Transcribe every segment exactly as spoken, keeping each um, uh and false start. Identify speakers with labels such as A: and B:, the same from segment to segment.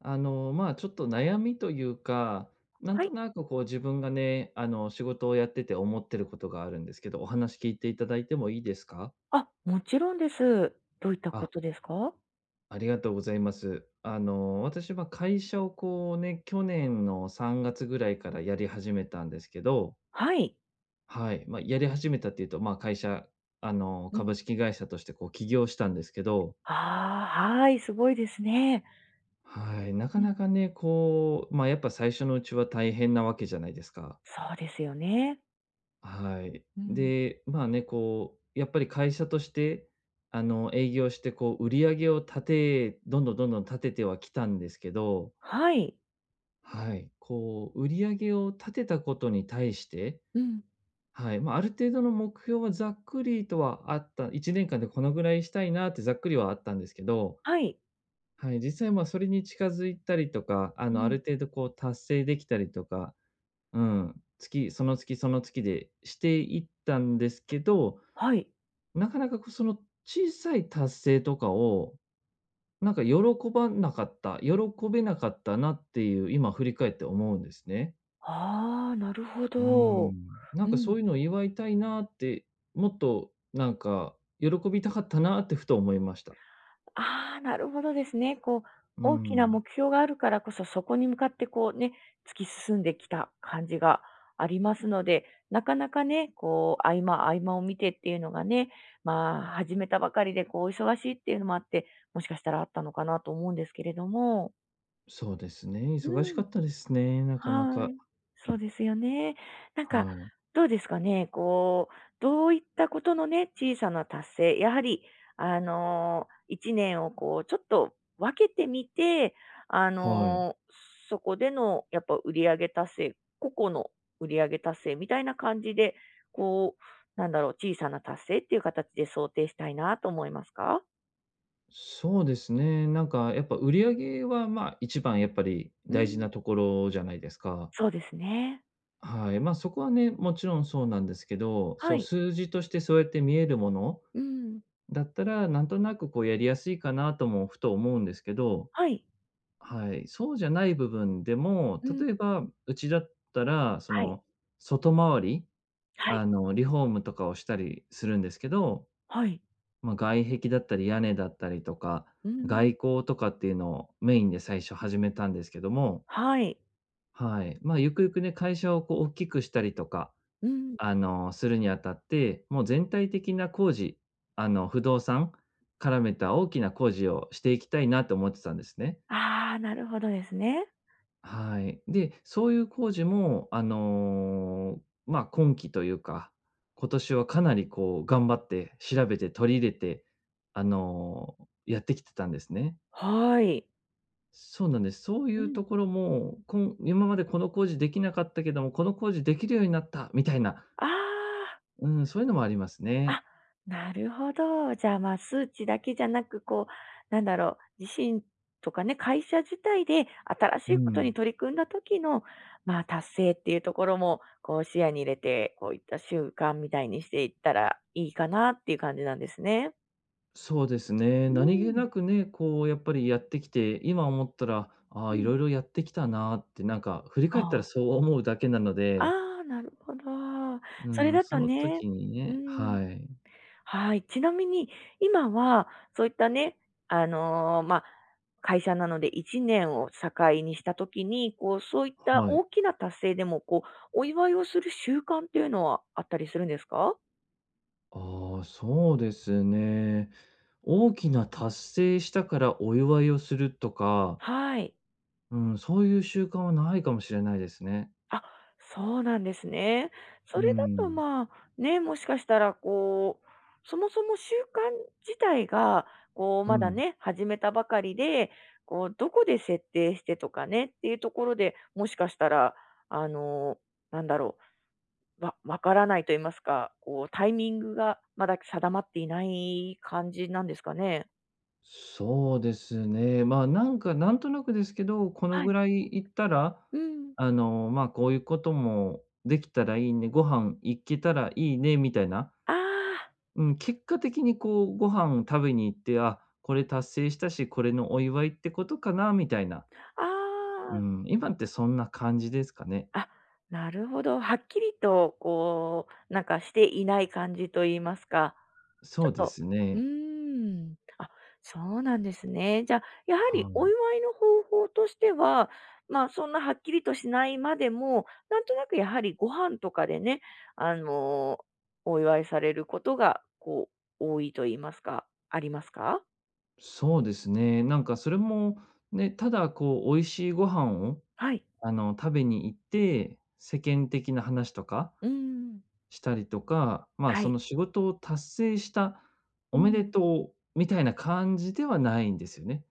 A: あの、まあ、ちょっと悩みというか、なん
B: はい。
A: となくこう自分がね、あの、仕事をやってて思ってることがあるんですけど、お話聞いていただいてもいいですか？
B: あ、もちろんです。どういったこ
A: あ、
B: とですか？
A: ありがとうございます。あの、私は会社をこうね、去年のさんがつぐらいからやり始めたんですけど、
B: はい。
A: はい、まあ、やり始めたっていうと、まあ、会社、あの、
B: うん。
A: 株式会社としてこう起業したんですけど、
B: ああ、はい、すごいですね。
A: はい、なか
B: うん。
A: なかね、こう、まあ、やっぱ最初のうちは大変なわけじゃないですか。
B: そうですよね。
A: はい。
B: うん。
A: で、まあね、こう、やっぱり会社として、あの、営業して、こう、売り上げを立て、どんどんどんどん立ててはきたんですけど、
B: はい。
A: はい。こう、売り上げを立てたことに対して、
B: うん。
A: はい。まあ、ある程度の目標はざっくりとはあった、いちねんかんでこのぐらいしたいなってざっくりはあったんですけど、
B: はい。
A: はい。実際、まあ、それに近づいたりとか、あ
B: う
A: の、あ
B: ん。
A: る程度、こう、達成できたりとか、うん。月、その月、その月でしていったんですけど、
B: はい。
A: なかなか、こう、その小さい達成とかを、なんか喜ばなかった、喜べなかったなっていう、今振り返って思うんですね。
B: ああ、なるほ
A: うー
B: ど。う
A: ん。なんかそ
B: ん。
A: ういうのを祝いたいなって、もっとなんか喜びたかったなってふと思いました。
B: ああ、なるほどですね。こう、
A: う
B: 大きな
A: ん。
B: 目標があるからこそ、そこに向かってこうね、突き進んできた感じがありますので、なかなかね、こう、合間合間を見てっていうのがね、まあ、始めたばかりで、こう、忙しいっていうのもあって、もしかしたらあったのかなと思うんですけれども。
A: そうですね、
B: う
A: 忙しか
B: ん。
A: ったですね、なかな
B: は
A: か。
B: い。そうですよね。なんか、
A: はい。
B: どうですかね、こう、どういったことのね、小さな達成、やはり、あのー、いちねんをこう、ちょっと分けてみて、あ
A: はい。
B: のー、そこでのやっぱ売り上げ達成、個々の売り上げ達成みたいな感じで、こう、なんだろう、小さな達成っていう形で想定したいなと思いますか？
A: そうですね、なんかやっぱ売り上げは、まあ、一番やっぱり
B: う
A: 大事
B: ん、
A: なところじゃないですか。
B: そうですね。
A: はい、ま、そこはね、もちろんそうなんですけど、
B: は
A: そう、
B: い。
A: 数字としてそうやって見えるもの
B: うん。
A: だったら、なんとなくこうやりやすいかなともふと思うんですけど、
B: はい。
A: はい、そうじゃない部分でも、
B: うん。
A: 例えば、うちだったら、そ
B: はい。
A: の、外回り、
B: はい。
A: あの、リフォームとかをしたりするんですけど、
B: はい。
A: まあ、外壁だったり屋根だったりとか、
B: うん。
A: 外構とかっていうのをメインで最初始めたんですけども、
B: はい。
A: はい、まあ、ゆくゆくね、会社をこう大きくしたりとか
B: うん。
A: あの、するにあたって、もう全体的な工事、あの、不動産絡めた大きな工事をしていきたいなと思ってたんですね。
B: ああ、なるほどですね。
A: はい。で、そういう工事も、あの、ま、あ今期というか、今年はかなりこう頑張って調べて取り入れて、あの、やってきてたんですね。
B: はい。
A: そうなんです。そうい
B: う
A: う
B: ん。
A: ところも、こん今までこの工事できなかったけども、この工事できるようになったみたいな、
B: あ
A: うん、そういうのもあります
B: あ、
A: ね。
B: あ、なるほど。じゃあ、まあ、数値だけじゃなく、こう、なんだろう、自身とかね、会社自体で新し
A: う
B: いこと
A: ん。
B: に取り組んだ時の、まあ、達成っていうところも、こう、視野に入れて、こういった習慣みたいにしていったらいいかなっていう感じなんですね。
A: そうですね。
B: う
A: 何気
B: ん。
A: なくね、こうやっぱりやってきて、今思ったら、ああ、
B: う
A: い
B: ん。
A: ろいろやってきたなって、なんか振り
B: あ
A: 返ったら
B: あ、
A: そう思うだけなので、
B: ああ、なるほど。
A: う
B: それ
A: ん、
B: だ
A: そ
B: と
A: の
B: ね、
A: 時に
B: う
A: ね、
B: ん。
A: はい、
B: はい。ちなみに、今は、そういったね、あの、まあ、会社なのでいちねんを境にした時に、こう、そういった
A: はい。
B: 大きな達成でも、こう、お祝いをする習慣っていうのはあったりするんですか？
A: ああ、そうですね。大きな達成したからお祝いをするとか、
B: はい。
A: うん、そういう習慣はないかもしれないですね。
B: あ、そうなんですね。そ
A: う
B: れだと、
A: ん、
B: まあ、ね、もしかしたら、こう、そもそも習慣自体が、こう、
A: う
B: まだ
A: ん。
B: ね、始めたばかりで、こう、どこで設定してとかねっていうところで、もしかしたら、あの、なんだろう、わわからないと言いますか、こう、タイミングがまだ定まっていない感じなんですかね？
A: そうですね。まあ、なんか、なんとなくですけど、この
B: は
A: ぐ
B: い。
A: らい行ったら、
B: うん。
A: あの、まあ、こういうこともできたらいいね、ご飯行けたらいいね、みたいな。
B: あ
A: うん、結果的にこう、ご飯食べに行って、あ、これ達成したし、これのお祝いってことかな、みたいな。
B: あ、あ
A: う
B: あ。
A: ん、今ってそんな感じですかね。
B: あ、なるほど。はっきりとこう、なんかしていない感じと言いますか、
A: そ
B: ちょ
A: う
B: っ
A: で
B: と
A: す
B: うー
A: ね。
B: ん、あ、そうなんですね。じゃ、あやは
A: は
B: りお
A: い。
B: 祝いの方法としては、ま、あそんなはっきりとしないまでも、なんとなくやはりご飯とかでね、あの、お祝いされることが、こう、多いと言いますか、ありますか？
A: そうですね。なんかそれも、ね、ただこう、美味しいご飯を
B: はい。
A: あの、食べに行って、世間的な話とか
B: うーん。
A: したりとか、まあ、
B: は
A: そ
B: い。
A: の仕事を達成した、お
B: う
A: めで
B: ん。
A: とうみたいな感じではないんですよね。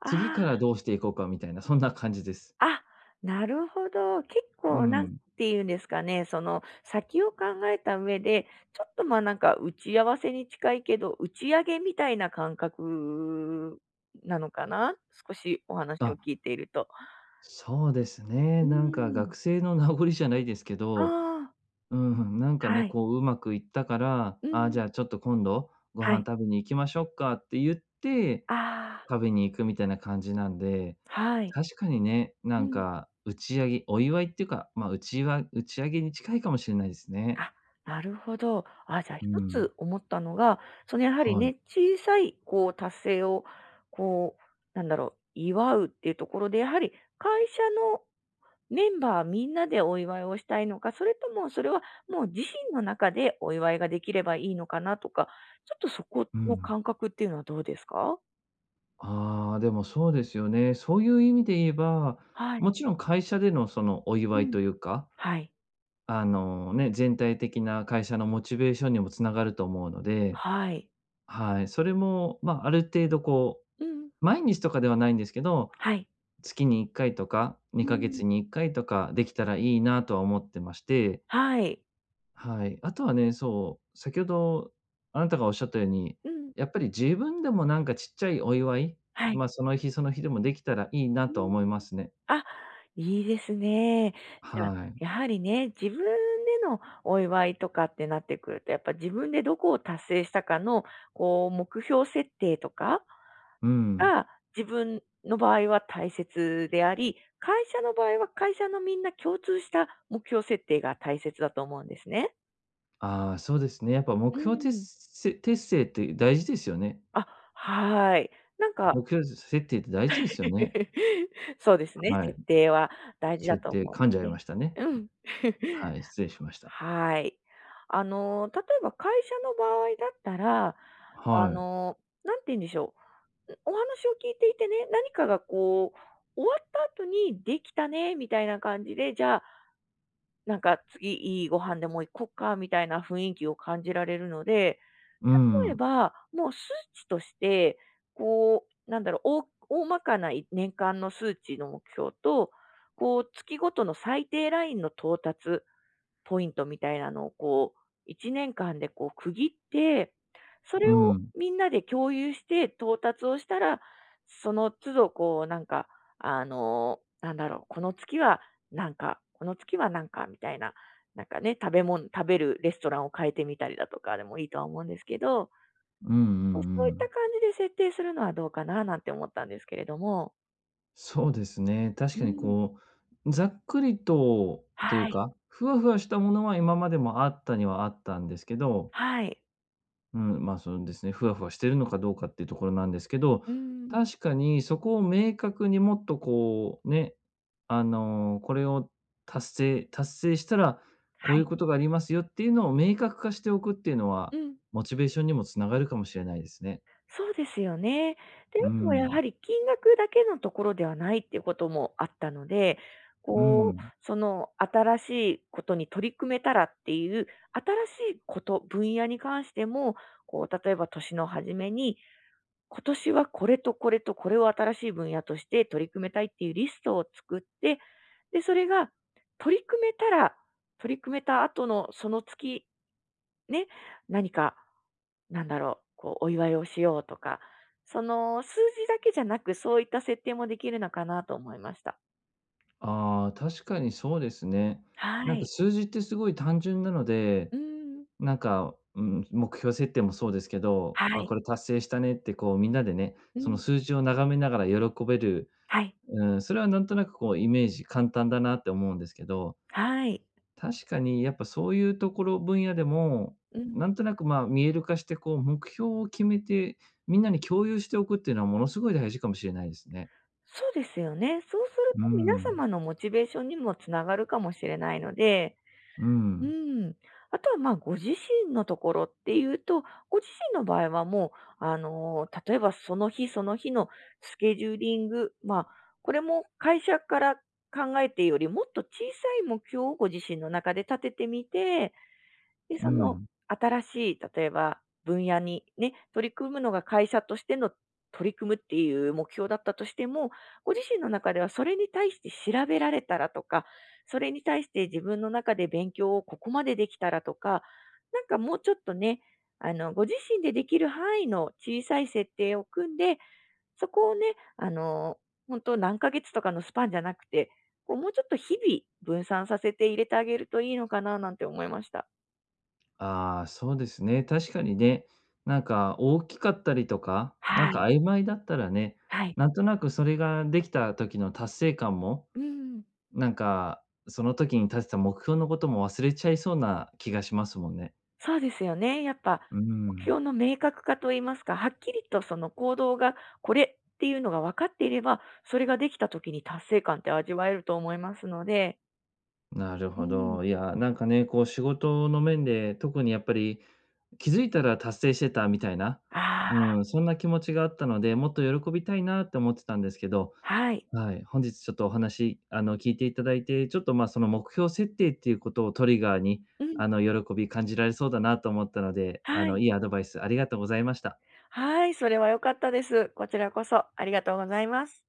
B: あ
A: 次か
B: あ。
A: らどうしていこうかみたいな、そんな感じです。
B: あ、なるほど。結
A: う
B: 構なん
A: ん。
B: ていうんですかね、その先を考えた上で、ちょっとまあなんか打ち合わせに近いけど、打ち上げみたいな感覚なのかな？少しお話を
A: あ、
B: 聞いていると。
A: そうです
B: う
A: ね。
B: ー
A: なんか
B: ん。
A: 学生の名残じゃないですけ
B: あ
A: ど、
B: あ、
A: うん、なんか
B: は
A: ね、
B: い。
A: こううまくいったから、
B: うん
A: あ
B: う
A: じゃあ
B: ん。
A: ちょっと今度ご
B: は
A: 飯
B: い。
A: 食べに行きましょうかって言って
B: ああ、
A: 食べに行くみたいな感じなんで、
B: はい。
A: 確かにね、
B: う
A: なん
B: ん。
A: か打ち上げお祝いっていうか、まあ、うちわ打ち上げに近いかもしれないですね。
B: あ、なるほど。あ、じゃあ一
A: うん。
B: つ思ったのが、そのやはり
A: はい。
B: ね、小さいこう達成をこう、なんだろう、祝うっていうところで、やはり会社のメンバーみんなでお祝いをしたいのか、それともそれはもう自身の中でお祝いができればいいのかなとか、ちょっとそこ
A: う
B: の
A: ん。
B: 感覚っていうのはどうですか？
A: ああ、でもそうですよね。そういう意味で言えば、
B: はい。
A: もちろん会社でのそのお
B: う
A: 祝い
B: ん。
A: というか、
B: はい。
A: あの、ね、全体的な会社のモチベーションにもつながると思うので、
B: はい。
A: はい、それも、まあ、ある程度こ
B: うん。
A: う、毎日とかではないんですけど、
B: はい。
A: 月にいっかいとか、
B: う
A: 2ヶ
B: ん。
A: 月にいっかいとかできたらいいなとは思ってまして、
B: はい。
A: はい。あとはね、そう、先ほどあなたがおっしゃったように、
B: うん。
A: やっぱり自分でもなんかちっちゃいお祝い、
B: はい。
A: ま、その日その日でもできたらいいな
B: うー
A: とは思いま
B: ん。
A: すね。
B: あ、いいですね。じゃあ、
A: はい。
B: やはりね、自分でのお祝いとかってなってくると、やっぱ自分でどこを達成したかの、こう、目標設定とか
A: うん。
B: が、自分の場合は大切であり、会社の場合は会社のみんな共通した目標設定が大切だと思うんですね。
A: ああ、そうですね。やっぱ
B: う
A: 目
B: ー
A: 標てっ
B: ん。
A: せ達成って大事ですよね。
B: あ、はい。なんか
A: 目標設定って大事ですよね。
B: そうですね、
A: はい。
B: 設定は大事だ
A: 設
B: と
A: 定、
B: 思
A: 噛んじゃ
B: う
A: い
B: ので、
A: ましたね。
B: うん。
A: はい、失礼しました。
B: はい。あの、例えば会社の場合だったら、あ
A: はい。
B: の、なんて言うんでしょう。お話を聞いていてね、何かがこう、終わった後にできたね、みたいな感じで、じゃあ、なんか次いいご飯でも行こっか、みたいな雰囲気を感じられるので、
A: う
B: 例え
A: ん、
B: ば、もう数値として、こう、なんだろう、大大まかな年間の数値の目標と、こう、月ごとの最低ラインの到達ポイントみたいなのをこう、いちねんかんでこう区切って、そ
A: う
B: れを
A: ん。
B: みんなで共有して到達をしたら、その都度こうなんか、あの、なんだろう、この月はなんか、この月はなんかみたいな、なんかね、食べ物、食べるレストランを変えてみたりだとかでもいいとは思うんですけど、
A: うんうんう
B: そういった
A: ん。
B: 感じで設定するのはどうかななんて思ったんですけれども。
A: そうですね。
B: う
A: 確かに
B: ん。
A: こう、ざっくりととい
B: は
A: う
B: い。
A: か、ふわふわしたものは今までもあったにはあったんですけど、
B: はい。
A: うん、まあそうですね、ふわふわしてるのかどうかっていうところなんですけど、
B: うん。
A: 確かにそこを明確にもっとこうね、あの、これを達成達成したら、こ
B: は
A: ういう
B: い。
A: ことがありますよっていうのを明確化しておくっていうの
B: う
A: は、
B: ん。
A: モチベーションにもつながるかもしれないですね。
B: そうですよね。で、
A: う
B: あとはやは
A: ん、
B: り金額だけのところではないっていうこともあったので、
A: う
B: こう、
A: ん。
B: その新しいことに取り組めたらっていう、新しいこと、分野に関しても、こう、例えば年の初めに、今年はこれとこれとこれを新しい分野として取り組めたいっていうリストを作って、で、それが取り組めたら、取り組めた後のその月ね、何か、なんだろう、こう、お祝いをしようとか、その数字だけじゃなく、そういった設定もできるのかなと思いました。
A: ああ、確かにそうですね。な
B: は
A: んか
B: い。
A: 数字ってすごい単純なので、
B: うん。
A: なんか、うん、目標設定もそうですけど、
B: は
A: あ、
B: い。
A: これ達成したねってこうみんなでね、
B: う
A: その
B: ん。
A: 数字を眺めながら喜べる、
B: はい。
A: うん、それはなんとなくこうイメージ簡単だなって思うんですけど、
B: はい。
A: 確かにやっぱそういうところ分野でも、
B: うん。
A: なんとなくまあ見える化してこう目標を決めて、みんなに共有しておくっていうのはものすごい大事かもしれないですね。
B: そうですよね。そうする
A: う
B: と皆
A: ん、
B: 様のモチベーションにもつながるかもしれないので、
A: う
B: う
A: ん、
B: ん。あとは、まあ、ご自身のところっていうと、ご自身の場合はもう、あの、例えばその日その日のスケジューリング、まあ、これも会社から考えてよりもっと小さい目標をご自身の中で立ててみて、で、
A: う
B: その
A: ん。
B: 新しい例えば分野にね、取り組むのが会社としての取り組むっていう目標だったとしても、ご自身の中ではそれに対して調べられたらとか、それに対して自分の中で勉強をここまでできたらとか、なんかもうちょっとね、あの、ご自身でできる範囲の小さい設定を組んで、そこをね、あの、本当何ヶ月とかのスパンじゃなくて、こうもうちょっと日々分散させて入れてあげるといいのかななんて思いました。
A: ああ、そうですね。確かにね、なんか大きかったりとか、な
B: は
A: んか
B: い。
A: 曖昧だったらね、
B: はい。
A: なんとなくそれができた時の達成感も、
B: うん。
A: なんかその時に立てた目標のことも忘れちゃいそうな気がしますもんね。
B: そうですよね。やっぱ
A: う
B: 目
A: ん、
B: 標の明確化と言いますか、はっきりとその行動がこれっていうのが分かっていれば、それができた時に達成感って味わえると思いますので。
A: なる
B: う
A: ほ
B: ん。
A: ど。いや、なんかね、こう仕事の面で、特にやっぱり気づいたら達成してたみたいな、
B: ああ、
A: うん、そんな気持ちがあったので、もっと喜びたいなって思ってたんですけど、
B: はい。
A: はい、本日ちょっとお話、あの、聞いていただいて、ちょっと、まあ、その目標設定っていうことをトリガーに、
B: うん。
A: あの、喜び感じられそうだなと思ったので、あ
B: はい。
A: の、いいアドバイスありがとうございました。
B: はい、それは良かったです。こちらこそありがとうございます。